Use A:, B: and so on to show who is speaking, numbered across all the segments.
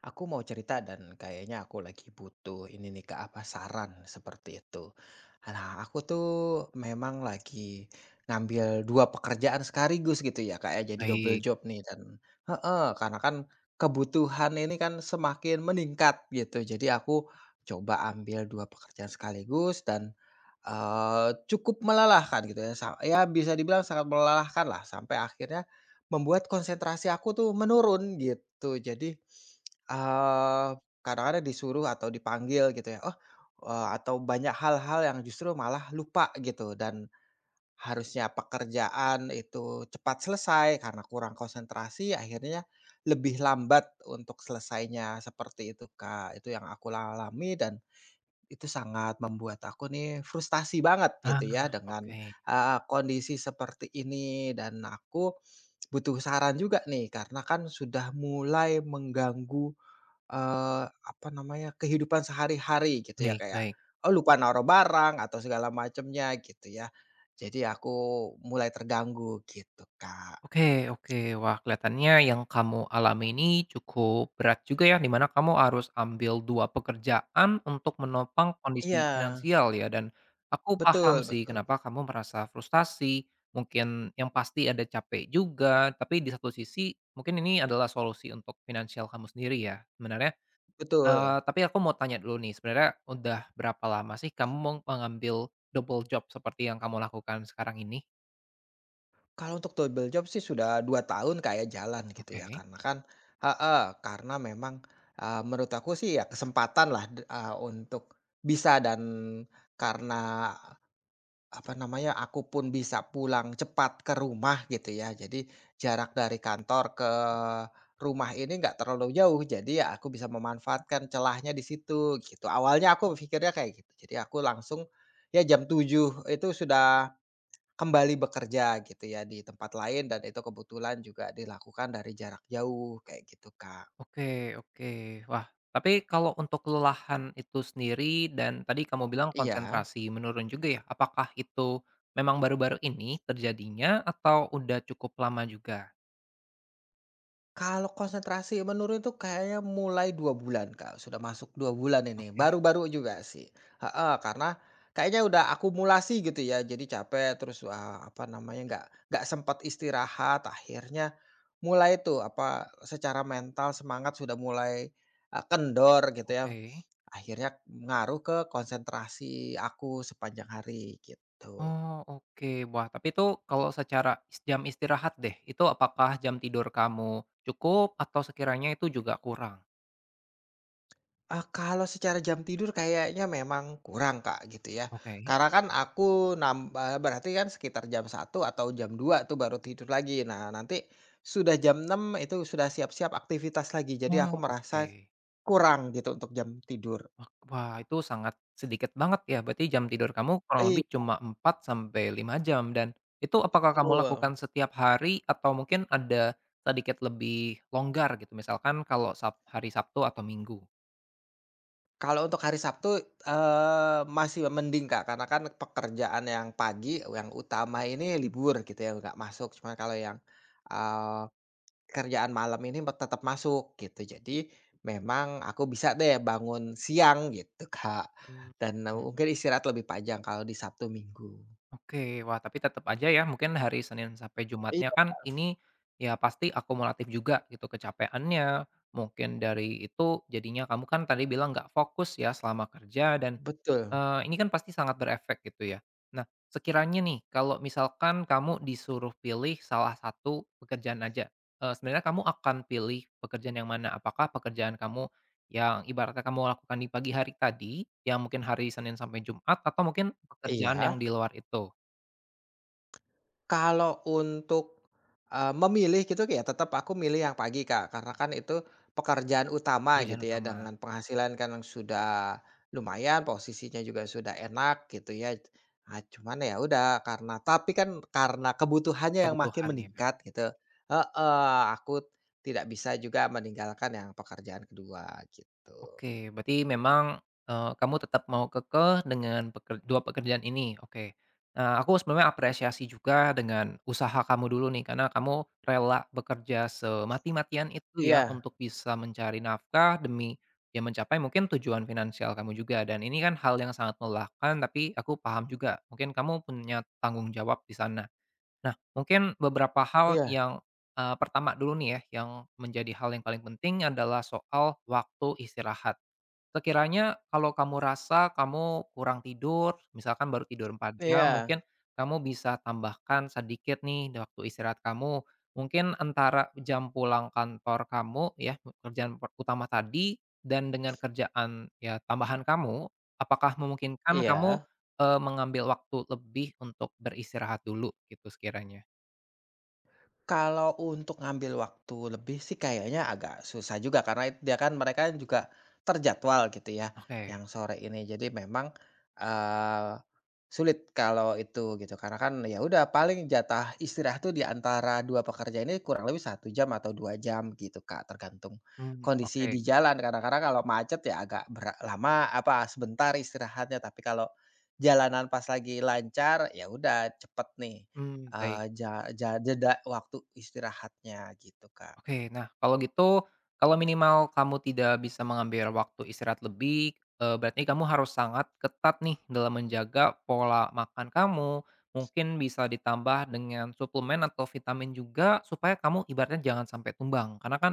A: Aku mau cerita dan kayaknya aku lagi butuh ini nih, Kak, apa saran seperti itu. Nah, aku tuh memang lagi ngambil 2 pekerjaan sekaligus gitu ya, kayak jadi double
B: Baik.
A: job nih dan heeh, karena kan kebutuhan ini kan semakin meningkat gitu. Jadi aku coba ambil 2 pekerjaan sekaligus dan cukup melelahkan gitu ya, ya bisa dibilang sangat melelahkan lah sampai akhirnya membuat konsentrasi aku tuh menurun gitu. Eee, Kadang-kadang disuruh atau dipanggil gitu ya, oh, atau banyak hal-hal yang justru malah lupa gitu dan harusnya pekerjaan itu cepat selesai, karena kurang konsentrasi akhirnya lebih lambat untuk selesainya seperti itu, Kak. Itu yang aku alami dan itu sangat membuat aku nih frustasi banget gitu ya
B: Ah,
A: dengan,
B: oke.
A: eee, kondisi seperti ini, dan aku butuh saran juga nih karena kan sudah mulai mengganggu apa namanya, kehidupan sehari-hari gitu ya
B: Baik
A: kayak,
B: baik.
A: oh, lupa naruh barang atau segala macamnya gitu ya. Jadi aku mulai terganggu gitu, Kak.
B: Oke oke. Wah, kelihatannya yang kamu alami ini cukup berat juga ya, di mana kamu harus ambil 2 pekerjaan untuk menopang kondisi
A: Iya,
B: finansial ya, dan aku paham
A: betul
B: sih
A: betul
B: kenapa kamu merasa frustasi, mungkin yang pasti ada capek juga, tapi di satu sisi mungkin ini adalah solusi untuk finansial kamu sendiri ya. Sebenarnya.
A: betul.
B: Tapi aku mau tanya dulu nih, sebenarnya udah berapa lama sih kamu mengambil double job seperti yang kamu lakukan sekarang ini?
A: Kalau untuk double job sih sudah 2 tahun kayak jalan gitu ya,
B: Oke.
A: karena kan heeh, karena memang, menurut aku sih ya kesempatan lah, untuk bisa dan karena apa namanya, aku pun bisa pulang cepat ke rumah gitu ya. Jadi jarak dari kantor ke rumah ini nggak terlalu jauh, jadi ya aku bisa memanfaatkan celahnya di situ gitu. Awalnya aku pikirnya kayak gitu. Jadi aku langsung ya jam 7 itu sudah kembali bekerja gitu ya di tempat lain, dan itu kebetulan juga dilakukan dari jarak jauh kayak gitu, Kak.
B: Oke oke. Wah, tapi kalau untuk kelelahan itu sendiri dan tadi kamu bilang
A: Iya.
B: konsentrasi menurun juga ya, apakah itu memang baru-baru ini terjadinya atau udah cukup lama juga?
A: Kalau konsentrasi menurun itu kayaknya mulai 2 bulan, Kak, sudah masuk 2 bulan ini,
B: Oke
A: baru-baru juga sih, heeh, karena kayaknya udah akumulasi gitu ya, jadi capek terus, apa namanya, nggak sempat istirahat, akhirnya mulai tuh, apa, secara mental semangat sudah mulai, kendor gitu ya,
B: oke.
A: akhirnya ngaruh ke konsentrasi aku sepanjang hari, gitu.
B: Oh, oke. Wah, tapi itu kalau secara jam istirahat deh, itu apakah jam tidur kamu cukup atau sekiranya itu juga kurang?
A: Eee, kalau secara jam tidur kayaknya memang kurang, Kak, gitu ya.
B: Oke.
A: Karena kan aku nambah berarti kan sekitar jam satu atau jam dua tuh baru tidur lagi. Nah, nanti sudah jam enam itu sudah siap-siap aktivitas lagi. Jadi aku
B: Oh, oke.
A: merasa kurang gitu untuk jam tidur.
B: Wah, itu sangat sedikit banget ya, berarti jam tidur kamu kurang
A: Iya,
B: lebih cuma 4 sampai 5 jam dan itu apakah kamu
A: betul.
B: lakukan setiap hari atau mungkin ada sedikit lebih longgar gitu, misalkan kalau hari Sabtu atau Minggu?
A: Kalau untuk hari Sabtu, masih mending, Kak, karena kan pekerjaan yang pagi, yang utama ini libur gitu ya, nggak masuk. Cuma kalau eh, kerjaan malam ini tetap masuk gitu. Jadi memang aku bisa deh bangun siang gitu, Kak,
B: Mmm,
A: dan
B: mhm.
A: mungkin istirahat lebih panjang kalau di Sabtu Minggu.
B: Oke, wah tapi tetap aja ya mungkin hari Senin sampai Jumatnya
A: Iya.
B: kan ini ya pasti akumulatif juga gitu kecapeannya, mungkin dari itu jadinya kamu kan tadi bilang nggak fokus ya selama kerja dan
A: Betul,
B: Ini kan pasti sangat berefek gitu ya. Nah, sekiranya nih kalau misalkan kamu disuruh pilih salah satu pekerjaan aja, sebenarnya kamu akan pilih pekerjaan yang mana? Apakah pekerjaan kamu yang ibaratnya kamu lakukan di pagi hari tadi, yang mungkin hari Senin sampai Jumat, atau mungkin pekerjaan yang
A: iya.
B: di luar itu,
A: Kalau untuk, memilih gitu ya tetap aku milih yang pagi, Kak, karena kan itu pekerjaan utama gitu
B: pekerjaan
A: ya,
B: utama,
A: dengan penghasilan kan yang sudah lumayan, posisinya juga sudah enak gitu ya. Ah, cuman ya udah karena tapi kan karena kebutuhannya yang makin
B: kebutuhan ya?
A: meningkat gitu heeh, aku tidak bisa juga meninggalkan yang pekerjaan kedua gitu.
B: Oke, berarti memang, kamu tetap mau kekeh dengan 2 pekerjaan ini, oke. Nah, aku sebenarnya apresiasi juga dengan usaha kamu dulu nih, karena kamu rela bekerja semati-matian itu ya,
A: Iya
B: untuk bisa mencari nafkah demi ya mencapai mungkin tujuan finansial kamu juga, dan ini kan hal yang sangat melelahkan, tapi aku paham juga, mungkin kamu punya tanggung jawab di sana. Nah, mungkin beberapa hal
A: iya
B: yang, pertama dulu nih ya, yang menjadi hal yang paling penting adalah soal waktu istirahat. Sekiranya kalau kamu rasa kamu kurang tidur, misalkan baru tidur 4 jam, mungkin
A: iya
B: kamu bisa tambahkan sedikit nih di waktu istirahat kamu. Mungkin antara jam pulang kantor kamu ya, kerjaan utama tadi dan dengan kerjaan ya tambahan kamu, apakah memungkinkan kamu,
A: iya.
B: mengambil waktu lebih untuk beristirahat dulu gitu sekiranya?
A: Kalau untuk ngambil waktu lebih sih kayaknya agak susah juga, karena dia kan mereka juga terjadwal gitu ya,
B: Oke,
A: yang sore ini. Jadi memang, eee, sulit kalau itu gitu, karena kan ya udah paling jatah istirahat tuh di antara 2 pekerja ini kurang lebih satu jam atau 2 jam gitu, Kak, tergantung
B: oke,
A: kondisi di jalan. Kadang-kadang kalau macet ya agak lama apa, sebentar istirahatnya, tapi kalau jalanan pas lagi lancar, ya udah cepet nih.
B: mmm, baik.
A: Eee, ja ja Jeda waktu istirahatnya gitu, Kak.
B: Oke, nah kalau gitu, kalau minimal kamu tidak bisa mengambil waktu istirahat lebih, berarti kamu harus sangat ketat nih dalam menjaga pola makan kamu, mungkin bisa ditambah dengan suplemen atau vitamin juga supaya kamu ibaratnya jangan sampai tumbang. Karena kan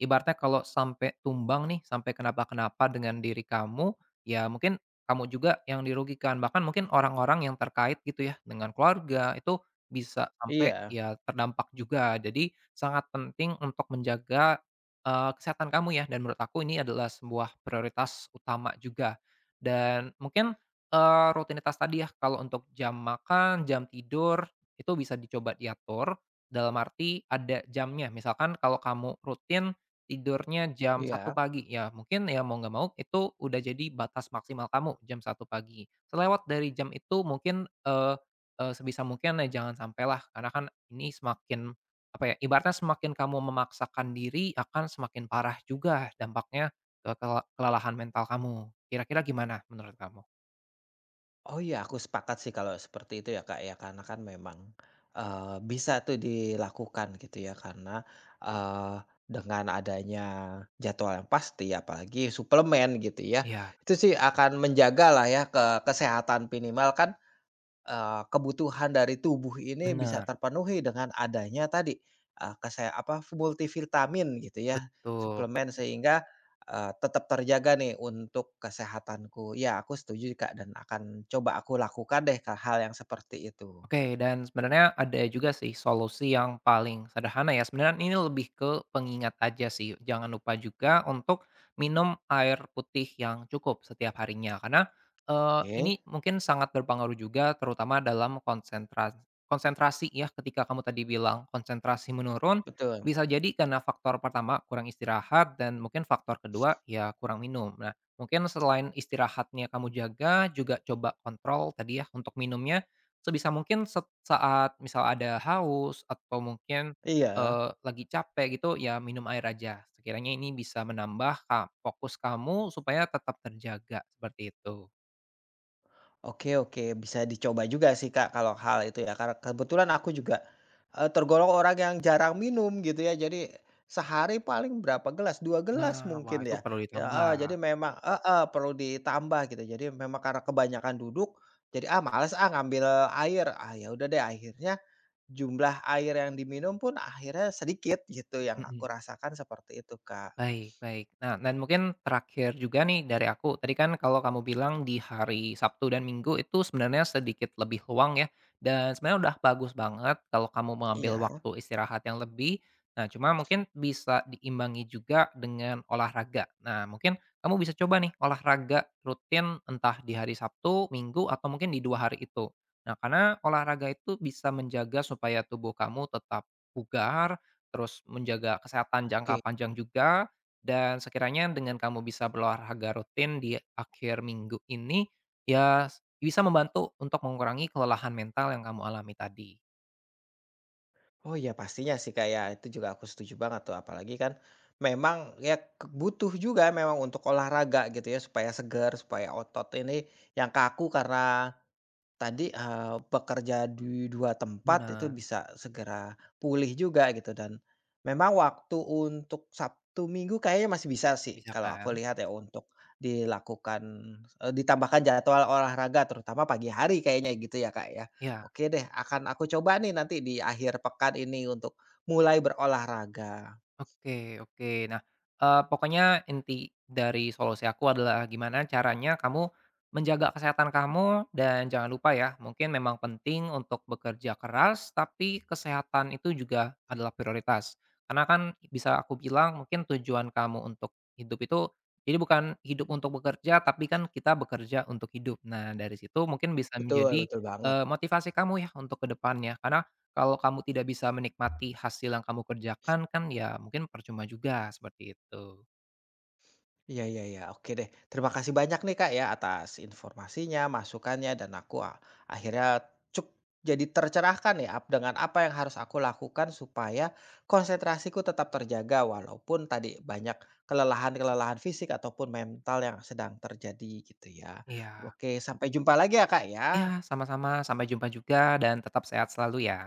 B: ibaratnya kalau sampai tumbang nih, sampai kenapa-kenapa dengan diri kamu, ya mungkin kamu juga yang dirugikan, bahkan mungkin orang-orang yang terkait gitu ya, dengan keluarga, itu bisa sampai
A: Iya,
B: ya terdampak juga. Jadi sangat penting untuk menjaga, kesehatan kamu ya, dan menurut aku ini adalah sebuah prioritas utama juga. Dan mungkin, rutinitas tadi ya, kalau untuk jam makan, jam tidur, itu bisa dicoba diatur, dalam arti ada jamnya. Misalkan kalau kamu rutin tidurnya jam satu
A: iya.
B: pagi, ya mungkin ya mau nggak mau itu udah jadi batas maksimal kamu, jam satu pagi. Selewat dari jam itu mungkin, eee eee, sebisa mungkin ya jangan sampailah, karena kan ini semakin apa ya, ibaratnya semakin kamu memaksakan diri akan semakin parah juga dampaknya ke kelelahan mental kamu. Kira-kira gimana menurut kamu?
A: Oh iya, aku sepakat sih kalau seperti itu ya, Kak, ya. Karena kan memang, bisa tuh dilakukan gitu ya karena, eee, dengan adanya jadwal yang pasti apalagi suplemen gitu ya,
B: Iya,
A: itu sih akan menjaga lah ya ke kesehatan minimal kan kebutuhan dari tubuh ini bisa
B: benar
A: terpenuhi dengan adanya tadi, eee, kese apa, multivitamin gitu ya,
B: betul.
A: suplemen sehingga, tetap terjaga nih untuk kesehatanku. Ya, aku setuju, Kak, dan akan coba aku lakukan deh, Kak, hal yang seperti itu.
B: Oke, dan sebenarnya ada juga sih solusi yang paling sederhana ya. Sebenarnya ini lebih ke pengingat aja sih. Jangan lupa juga untuk minum air putih yang cukup setiap harinya. Karena
A: Oke.
B: ini mungkin sangat berpengaruh juga terutama dalam konsentrasi konsentrasi ya ketika kamu tadi bilang konsentrasi menurun
A: Betul.
B: bisa jadi karena faktor pertama kurang istirahat dan mungkin faktor kedua ya kurang minum. Nah, mungkin selain istirahatnya kamu jaga juga coba kontrol tadi ya untuk minumnya. Sebisa mungkin saat misal ada haus atau mungkin,
A: Iya.
B: lagi capek gitu, ya minum air aja. Sekiranya ini bisa menambah fokus kamu supaya tetap terjaga, seperti itu.
A: Oke oke, bisa dicoba juga sih, Kak, kalau hal itu ya, karena kebetulan aku juga, tergolong orang yang jarang minum gitu ya, jadi sehari paling berapa gelas, 2
B: Nah,
A: gelas
B: wah
A: mungkin
B: itu
A: ya,
B: perlu
A: ya heeh,
B: ditambah.
A: jadi memang heeh, perlu ditambah gitu. Jadi memang karena kebanyakan duduk, jadi, "Ah, males ah ngambil air," ah, ya udah deh akhirnya jumlah air yang diminum pun akhirnya sedikit gitu yang aku
B: Mhm.
A: rasakan seperti itu, Kak.
B: Baik baik. Nah, dan mungkin terakhir juga nih dari aku, tadi kan kalau kamu bilang di hari Sabtu dan Minggu itu sebenarnya sedikit lebih luang ya, dan sebenarnya udah bagus banget kalau kamu mengambil
A: Iya,
B: waktu istirahat yang lebih. Nah, cuma mungkin bisa diimbangi juga dengan olahraga. Nah, mungkin kamu bisa coba nih olahraga rutin entah di hari Sabtu, Minggu, atau mungkin di dua hari itu. Nah, karena olahraga itu bisa menjaga supaya tubuh kamu tetap bugar, terus menjaga kesehatan jangka
A: oke.
B: panjang juga, dan sekiranya dengan kamu bisa berolahraga rutin di akhir minggu ini, ya bisa membantu untuk mengurangi kelelahan mental yang kamu alami tadi.
A: Oh iya pastinya sih, Kak, ya, itu juga aku setuju banget tuh, apalagi kan memang ya ke butuh juga memang untuk olahraga gitu ya supaya segar, supaya otot ini yang kaku karena tadi, bekerja di 2 tempat itu
B: Benar,
A: bisa segera pulih juga gitu, dan memang waktu untuk Sabtu Minggu kayaknya masih bisa sih
B: bisa
A: kalau aku
B: kan?
A: lihat ya untuk dilakukan, ditambahkan jadwal olahraga terutama pagi hari kayaknya gitu ya, Kak, ya.
B: Ya.
A: Oke deh akan aku coba nih nanti di akhir pekan ini untuk mulai berolahraga.
B: Oke oke. Nah, pokoknya inti dari solusi aku adalah gimana caranya kamu menjaga kesehatan kamu dan jangan lupa ya, mungkin memang penting untuk bekerja keras, tapi kesehatan itu juga adalah prioritas. Karena kan bisa aku bilang mungkin tujuan kamu untuk hidup itu jadi bukan hidup untuk bekerja, tapi kan kita bekerja untuk hidup. Nah, dari situ mungkin bisa
A: Betul
B: menjadi,
A: betul banget.
B: motivasi kamu ya untuk kedepannya. Karena kalau kamu tidak bisa menikmati hasil yang kamu kerjakan kan ya mungkin percuma juga, seperti itu.
A: Iya iya iya, oke deh. Terima kasih banyak nih, Kak, ya, atas informasinya, masukannya, dan aku akhirnya cuk jadi tercerahkan ya dengan apa yang harus aku lakukan supaya konsentrasiku tetap terjaga, walaupun tadi banyak kelelahan-kelelahan fisik ataupun mental yang sedang terjadi gitu ya.
B: Iya.
A: Oke, sampai jumpa lagi ya, Kak, ya.
B: Iya, sama-sama, sampai jumpa juga dan tetap sehat selalu ya.